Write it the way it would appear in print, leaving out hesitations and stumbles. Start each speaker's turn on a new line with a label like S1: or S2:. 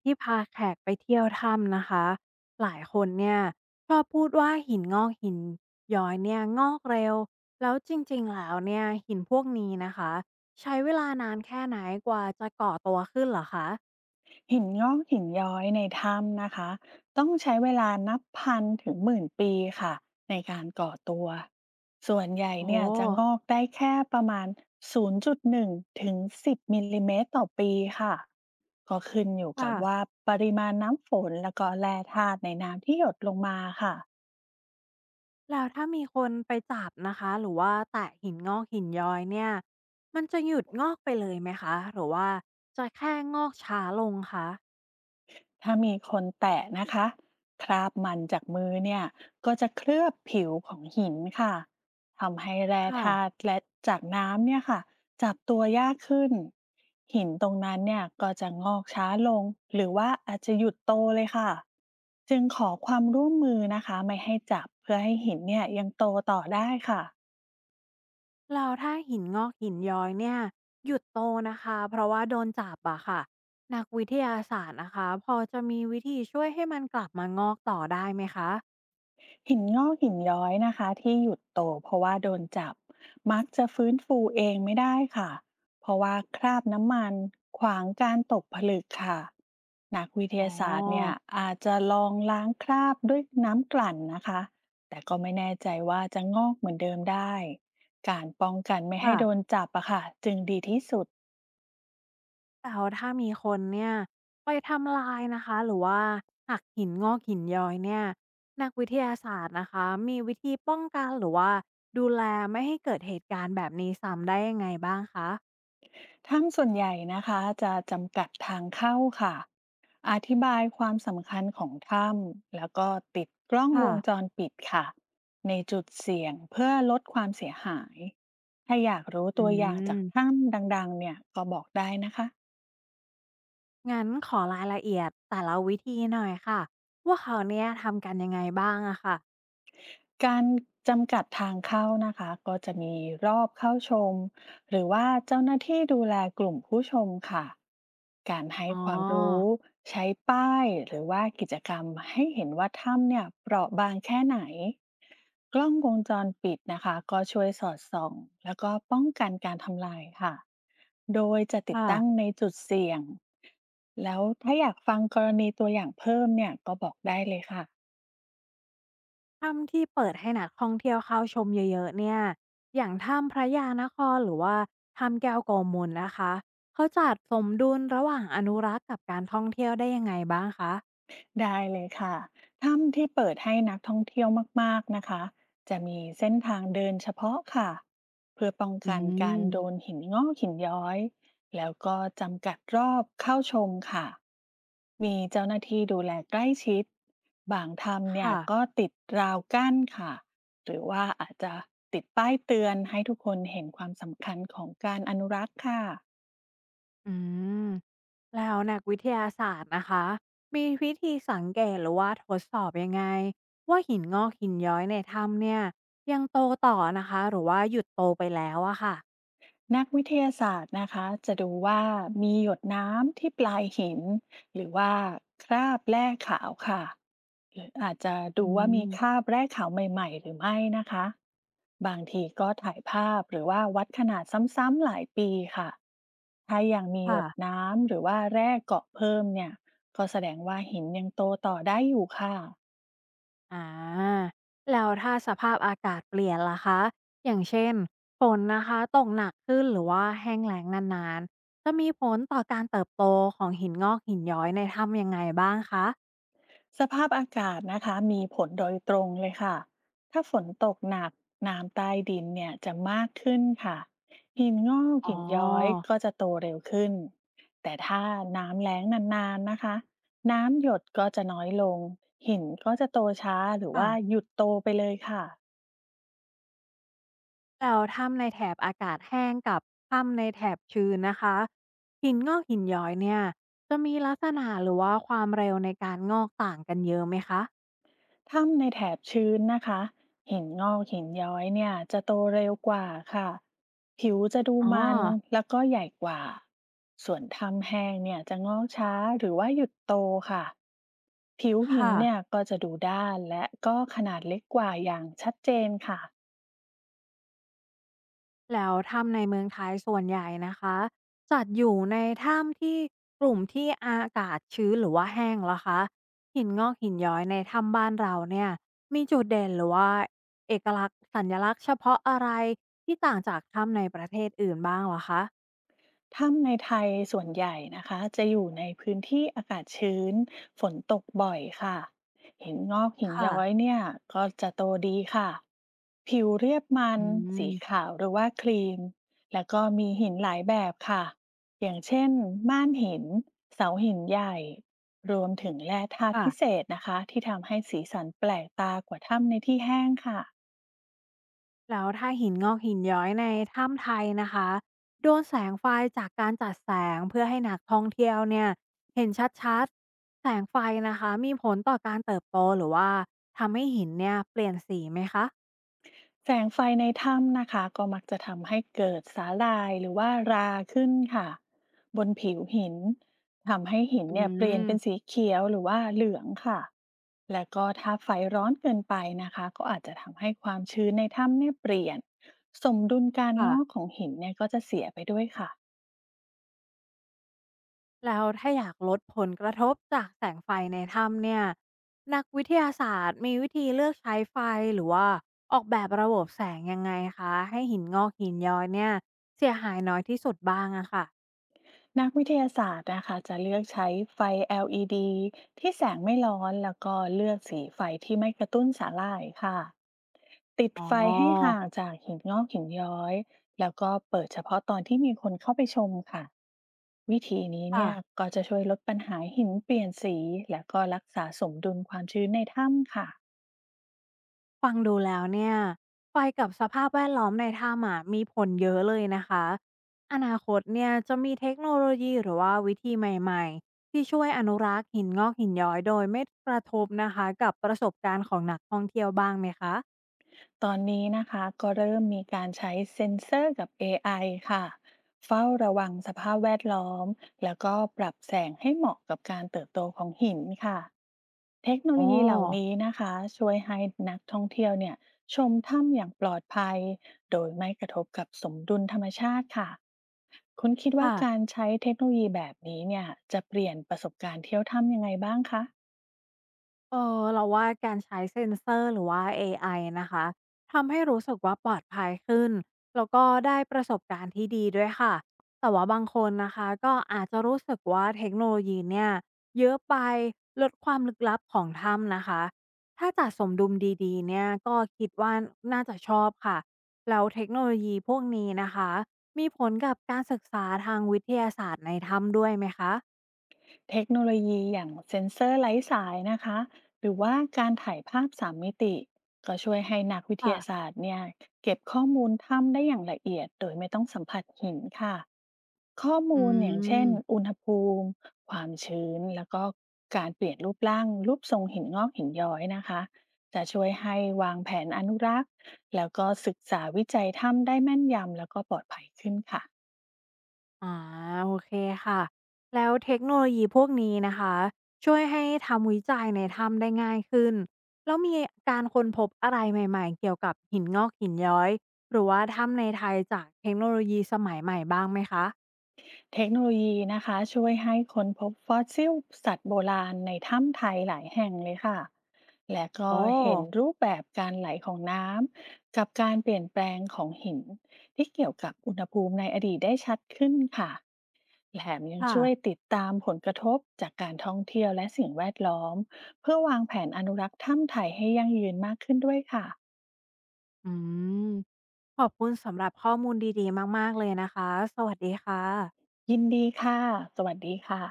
S1: ที่พาแขกไปเที่ยวถ้ำนะคะหลายคนเนี่ยชอบพูดว่าหินงอกหินย้อยเนี่ยงอกเร็วแล้วจริงๆแล้วเนี่ยหินพวกนี้นะคะใช้เวลานานแค่ไหนกว่าจะก่อตัวขึ้นเหรอคะ
S2: หินงอกหินย้อยในถ้ำนะคะต้องใช้เวลานับพันถึงหมื่นปีค่ะในการก่อตัวส่วนใหญ่
S1: โอ้
S2: เนี่ยจะงอกได้แค่ประมาณ 0.1ถึง10 มิลลิเมตรต่อปีค่ะก็ขึ้นอยู่กั
S1: ค่ะ
S2: บว่าปริมาณน้ำฝนแล้วก็แร่ธาตุในน้ำที่หยดลงมาค่ะ
S1: แล้วถ้ามีคนไปจับนะคะหรือว่าแตะหินงอกหินย้อยเนี่ยมันจะหยุดงอกไปเลยไหมคะหรือว่าจะแค่งอกช้าลงคะ
S2: ถ้ามีคนแตะนะคะคราบมันจากมือเนี่ยก็จะเคลือบผิวของหินค่ะทำให้แร่
S1: ค่ะ
S2: ธาตุและจากน้ำเนี่ยค่ะจับตัวยากขึ้นหินตรงนั้นเนี่ยก็จะงอกช้าลงหรือว่าอาจจะหยุดโตเลยค่ะจึงขอความร่วมมือนะคะไม่ให้จับเพื่อให้หินเนี่ยยังโตต่อได้ค่ะ
S1: แล้วถ้าหินงอกหินย้อยเนี่ยหยุดโตนะคะเพราะว่าโดนจับอะค่ะนักวิทยาศาสตร์นะคะพอจะมีวิธีช่วยให้มันกลับมางอกต่อได้ไหมคะ
S2: หินงอกหินย้อยนะคะที่หยุดโตเพราะว่าโดนจับมักจะฟื้นฟูเองไม่ได้ค่ะเพราะว่าคราบน้ำมันขวางการตกผลึกค่ะนักวิท
S1: อ๋อ
S2: ยาศาสตร์เนี่ยอาจจะลองล้างคราบด้วยน้ำกลั่นนะคะแต่ก็ไม่แน่ใจว่าจะงอกเหมือนเดิมได้การป้องกันไม่ให้
S1: ค่ะ
S2: โดนจับอะค่ะจึงดีที่สุด
S1: แต่ว่าถ้ามีคนเนี่ยไปทำลายนะคะหรือว่าหักหินงอกหินย้อยเนี่ยนักวิทยาศาสตร์นะคะมีวิธีป้องกันหรือว่าดูแลไม่ให้เกิดเหตุการณ์แบบนี้ซ้ำได้ยังไงบ้างคะ
S2: ถ้ำส่วนใหญ่นะคะจะจำกัดทางเข้าค่ะอธิบายความสำคัญของถ้ำแล้วก็ติดกล้องว
S1: ค่ะ
S2: งจรปิดค่ะในจุดเสี่ยงเพื่อลดความเสียหาย ถ้าอยากรู้
S1: อื
S2: ตัวอย่างจาก
S1: ม
S2: ถ้ำดังๆเนี่ยก็บอกได้นะคะ
S1: งั้นขอรายละเอียดแต่ละวิธีหน่อยค่ะว่าเขาเนี่ยทำกันยังไงบ้างอะค่ะ
S2: การจำกัดทางเข้านะคะก็จะมีรอบเข้าชมหรือว่าเจ้าหน้าที่ดูแลกลุ่มผู้ชมค่ะการให้
S1: อ๋อ
S2: ความรู้ใช้ป้ายหรือว่ากิจกรรมให้เห็นว่าถ้ำเนี่ยเปราะบางแค่ไหนกล้องวงจรปิดนะคะก็ช่วยสอดส่องแล้วก็ป้องกันการทำลายค่ะโดยจะติด
S1: ค่ะ
S2: ตั้งในจุดเสี่ยงแล้วถ้าอยากฟังกรณีตัวอย่างเพิ่มเนี่ยก็บอกได้เลยค่ะ
S1: ถ้ำที่เปิดให้นักท่องเที่ยวเข้าชมเยอะๆเนี่ยอย่างถ้ำพระยานครหรือว่าถ้ำแก้วโกมลนะคะเขาจัดสมดุลระหว่างอนุรักษ์กับการท่องเที่ยวได้ยังไงบ้างคะ
S2: ได้เลยค่ะถ้ำที่เปิดให้นักท่องเที่ยวมากๆนะคะจะมีเส้นทางเดินเฉพาะค่ะเพื่อป้อง
S1: อื
S2: กันการโด
S1: ม
S2: นหินงอกหินย้อยแล้วก็จำกัดรอบเข้าชมค่ะมีเจ้าหน้าที่ดูแลใกล้ชิดบางถ้ำเนี่ย
S1: ค่ะ
S2: ก็ติดราวกั้นค่ะหรือว่าอาจจะติดป้ายเตือนให้ทุกคนเห็นความสำคัญของการอนุรักษ์ค่ะ
S1: อืม แล้วนักวิทยาศาสตร์นะคะมีวิธีสังเกตหรือว่าทดสอบยังไงว่าหินงอกหินย้อยในถ้ำเนี่ยยังโตต่อนะคะหรือว่าหยุดโตไปแล้วอะค่ะ
S2: นักวิทยาศาสตร์นะคะจะดูว่ามีหยดน้ำที่ปลายหินหรือว่าคราบแร่ขาวค่ะหรืออาจจะ
S1: อื
S2: ดูว่ามีครา
S1: ม
S2: บแร่ขาวใหม่ๆหรือไม่นะคะบางทีก็ถ่ายภาพหรือว่าวัดขนาดซ้ำๆหลายปีค่ะถ้ายังมีหย
S1: ค่ะ
S2: ดน้ำหรือว่าแร่เกาะเพิ่มเนี่ยก็แสดงว่าหินยังโตต่อได้อยู่ค่ะ
S1: อ่าแล้วถ้าสภาพอากาศเปลี่ยนล่ะคะอย่างเช่นฝนนะคะตกหนักขึ้นหรือว่าแห้งแล้งนานๆจะมีผลต่อการเติบโตของหินงอกหินย้อยในถ้ำยังไงบ้างคะ
S2: สภาพอากาศนะคะมีผลโดยตรงเลยค่ะถ้าฝนตกหนักน้ำใต้ดินเนี่ยจะมากขึ้นค่ะหินงอก
S1: อ๋อ
S2: หินย้อยก็จะโตเร็วขึ้นแต่ถ้าน้ำแล้งนานๆนะคะน้ำหยดก็จะน้อยลงหินก็จะโตช้าหรือ
S1: ค่ะ
S2: ว่าหยุดโตไปเลยค่ะ
S1: แล้วถ้ำในแถบอากาศแห้งกับถ้ำในแถบชื้นนะคะหินงอกหินย้อยเนี่ยจะมีลักษณะหรือว่าความเร็วในการงอกต่างกันเยอะไหมคะ
S2: ถ้ำในแถบชื้นนะคะหินงอกหินย้อยเนี่ยจะโตเร็วกว่าค่ะผิวจะดู
S1: อ๋อ
S2: มันแล้วก็ใหญ่กว่าส่วนถ้ำแห้งเนี่ยจะงอกช้าหรือว่าหยุดโตค่ะผิวหิน
S1: ค่ะ
S2: เนี่ยก็จะดูด้านและก็ขนาดเล็กกว่าอย่างชัดเจนค่ะ
S1: แล้วถ้ำในเมืองไทยส่วนใหญ่นะคะจัดอยู่ในถ้ำที่กลุ่มที่อากาศชื้นหรือว่าแห้งเหรอคะหินงอกหินย้อยในถ้ำบ้านเราเนี่ยมีจุดเด่นหรือว่าเอกลักษณ์สัญลักษณ์เฉพาะอะไรที่ต่างจากถ้ำในประเทศอื่นบ้างเหรอคะ
S2: ถ้ำในไทยส่วนใหญ่นะคะจะอยู่ในพื้นที่อากาศชื้นฝนตกบ่อยค่ะหินงอกหิน
S1: ค่ะ
S2: ย้อยเนี่ยก็จะโตดีค่ะผิวเรียบมัน
S1: อื
S2: สี
S1: ม
S2: ขาวหรือว่าครีมแล้วก็มีหินหลายแบบค่ะอย่างเช่นม่านหินเสาหินใหญ่รวมถึงแร่ธาตุพิเศ
S1: ค่ะ
S2: ษนะคะที่ทำให้สีสันแปลกตากว่าถ้ำในที่แห้งค่ะ
S1: แล้วถ้าหินงอกหินย้อยในถ้ำไทยนะคะโดนแสงไฟจากการจัดแสงเพื่อให้นักท่องเที่ยวเนี่ยเห็นชัดๆแสงไฟนะคะมีผลต่อการเติบโตหรือว่าทำให้หินเนี่ยเปลี่ยนสีไหมคะ
S2: แสงไฟในถ้ำนะคะก็มักจะทำให้เกิดสาลรายหรือว่าราขึ้นค่ะบนผิวหินทำให้หิน
S1: อื
S2: เนี่ยเปลี่ยน
S1: ม
S2: เป็นสีเขียวหรือว่าเหลืองค่ะแล้วก็ถ้าไฟร้อนเกินไปนะคะก็อาจจะทำให้ความชื้นในถ้ำเนี่ยเปลี่ยนสมดุลการง
S1: ค่ะ
S2: อกของหินเนี่ยก็จะเสียไปด้วยค่ะ
S1: แล้วถ้าอยากลดผลกระทบจากแสงไฟในถ้ำเนี่ยนักวิทยาศาสตร์มีวิธีเลือกใช้ไฟหรือว่าออกแบบระบบแสงยังไงคะให้หินงอกหินย้อยเนี่ยเสียหายน้อยที่สุดบ้างอะค่ะ
S2: นักวิทยาศาสตร์นะคะจะเลือกใช้ไฟ LED ที่แสงไม่ร้อนแล้วก็เลือกสีไฟที่ไม่กระตุ้นสาลรายค่ะ ติด
S1: อ๋อ
S2: ไฟให้ห่างจากหินงอกหินย้อยแล้วก็เปิดเฉพาะตอนที่มีคนเข้าไปชมค่ะวิธีนี้เนี่ย
S1: ค่ะ
S2: ก็จะช่วยลดปัญหาหินเปลี่ยนสีและก็รักษาสมดุลความชื้นในถ้ำค่ะ
S1: ฟังดูแล้วเนี่ยไฟกับสภาพแวดล้อมในถ้ำอะมีผลเยอะเลยนะคะอนาคตเนี่ยจะมีเทคโนโลยีหรือว่าวิธีใหม่ๆที่ช่วยอนุรักษ์หินงอกหินย้อยโดยไม่กระทบนะคะกับประสบการณ์ของนักท่องเที่ยวบ้างไหมคะ
S2: ตอนนี้นะคะก็เริ่มมีการใช้เซ็นเซอร์กับ AI ค่ะเฝ้าระวังสภาพแวดล้อมแล้วก็ปรับแสงให้เหมาะกับการเติบโตของหินค่ะ เทคโน
S1: อ๋
S2: โล
S1: อ
S2: ยีเหล่านี้นะคะช่วยให้นักท่องเที่ยวเนี่ยชมถ้ำอย่างปลอดภัยโดยไม่กระทบกับสมดุลธรรมชาติค่ะคุณคิดว่ากา
S1: ค่ะ
S2: รใช้เทคโนโลยีแบบนี้เนี่ยจะเปลี่ยนประสบการณ์เที่ยวถ้ำยังไงบ้างคะ
S1: เราว่าการใช้เซ็นเซอร์หรือว่าเอไอนะคะทำให้รู้สึกว่าปลอดภัยขึ้นแล้วก็ได้ประสบการณ์ที่ดีด้วยค่ะแต่ว่าบางคนนะคะก็อาจจะรู้สึกว่าเทคโนโลยีเนี่ยเยอะไปลดความลึกลับของถ้ำนะคะถ้าจัดสมดุลดีๆเนี่ยก็คิดว่าน่าจะชอบค่ะแล้วเทคโนโลยีพวกนี้นะคะมีผลกับการศึกษาทางวิทยาศาสตร์ในถ้ำด้วยไหมคะ
S2: เทคโนโลยีอย่างเซ็นเซอร์ไร้สายนะคะหรือว่าการถ่ายภาพสามมิติก็ช่วยให้นักวิทยา
S1: ค่ะ
S2: ศาสตร์เนี่ยเก็บข้อมูลถ้ำได้อย่างละเอียดโดยไม่ต้องสัมผัสหินค่ะข้อ
S1: อื
S2: มูลอย่างเช่น
S1: ม
S2: อุณหภูมิความชื้นแล้วก็การเปลี่ยนรูปร่างรูปทรงหินงอกหินย้อยนะคะจะช่วยให้วางแผนอนุรักษ์แล้วก็ศึกษาวิจัยถ้ำได้แม่นยำแล้วก็ปลอดภัยขึ้นค่ะ
S1: อาโอเคค่ะแล้วเทคโนโลยีพวกนี้นะคะช่วยให้ทำวิจัยในถ้ำได้ง่ายขึ้นแล้วมีการค้นพบอะไรใหม่ๆเกี่ยวกับหินงอกหินย้อยหรือว่าถ้ำในไทยจากเทคโนโลยีสมัยใหม่บ้างไหมคะ
S2: เทคโนโลยีนะคะช่วยให้ค้นพบฟอสซิลสัตว์โบราณในถ้ำไทยหลายแห่งเลยค่ะและก็
S1: โอ้
S2: เห็นรูปแบบการไหลของน้ำกับการเปลี่ยนแปลงของหินที่เกี่ยวกับอุณหภูมิในอดีตได้ชัดขึ้นค่ะแถมยัง
S1: ค่ะ
S2: ช่วยติดตามผลกระทบจากการท่องเที่ยวและสิ่งแวดล้อมเพื่อวางแผนอนุรักษ์ถ้ำไทยให้ยั่งยืนมากขึ้นด้วยค่ะ
S1: อืมขอบคุณสำหรับข้อมูลดีๆมากๆเลยนะคะสวัสดีค่ะ
S2: ยินดีค่ะสวัสดีค่ะ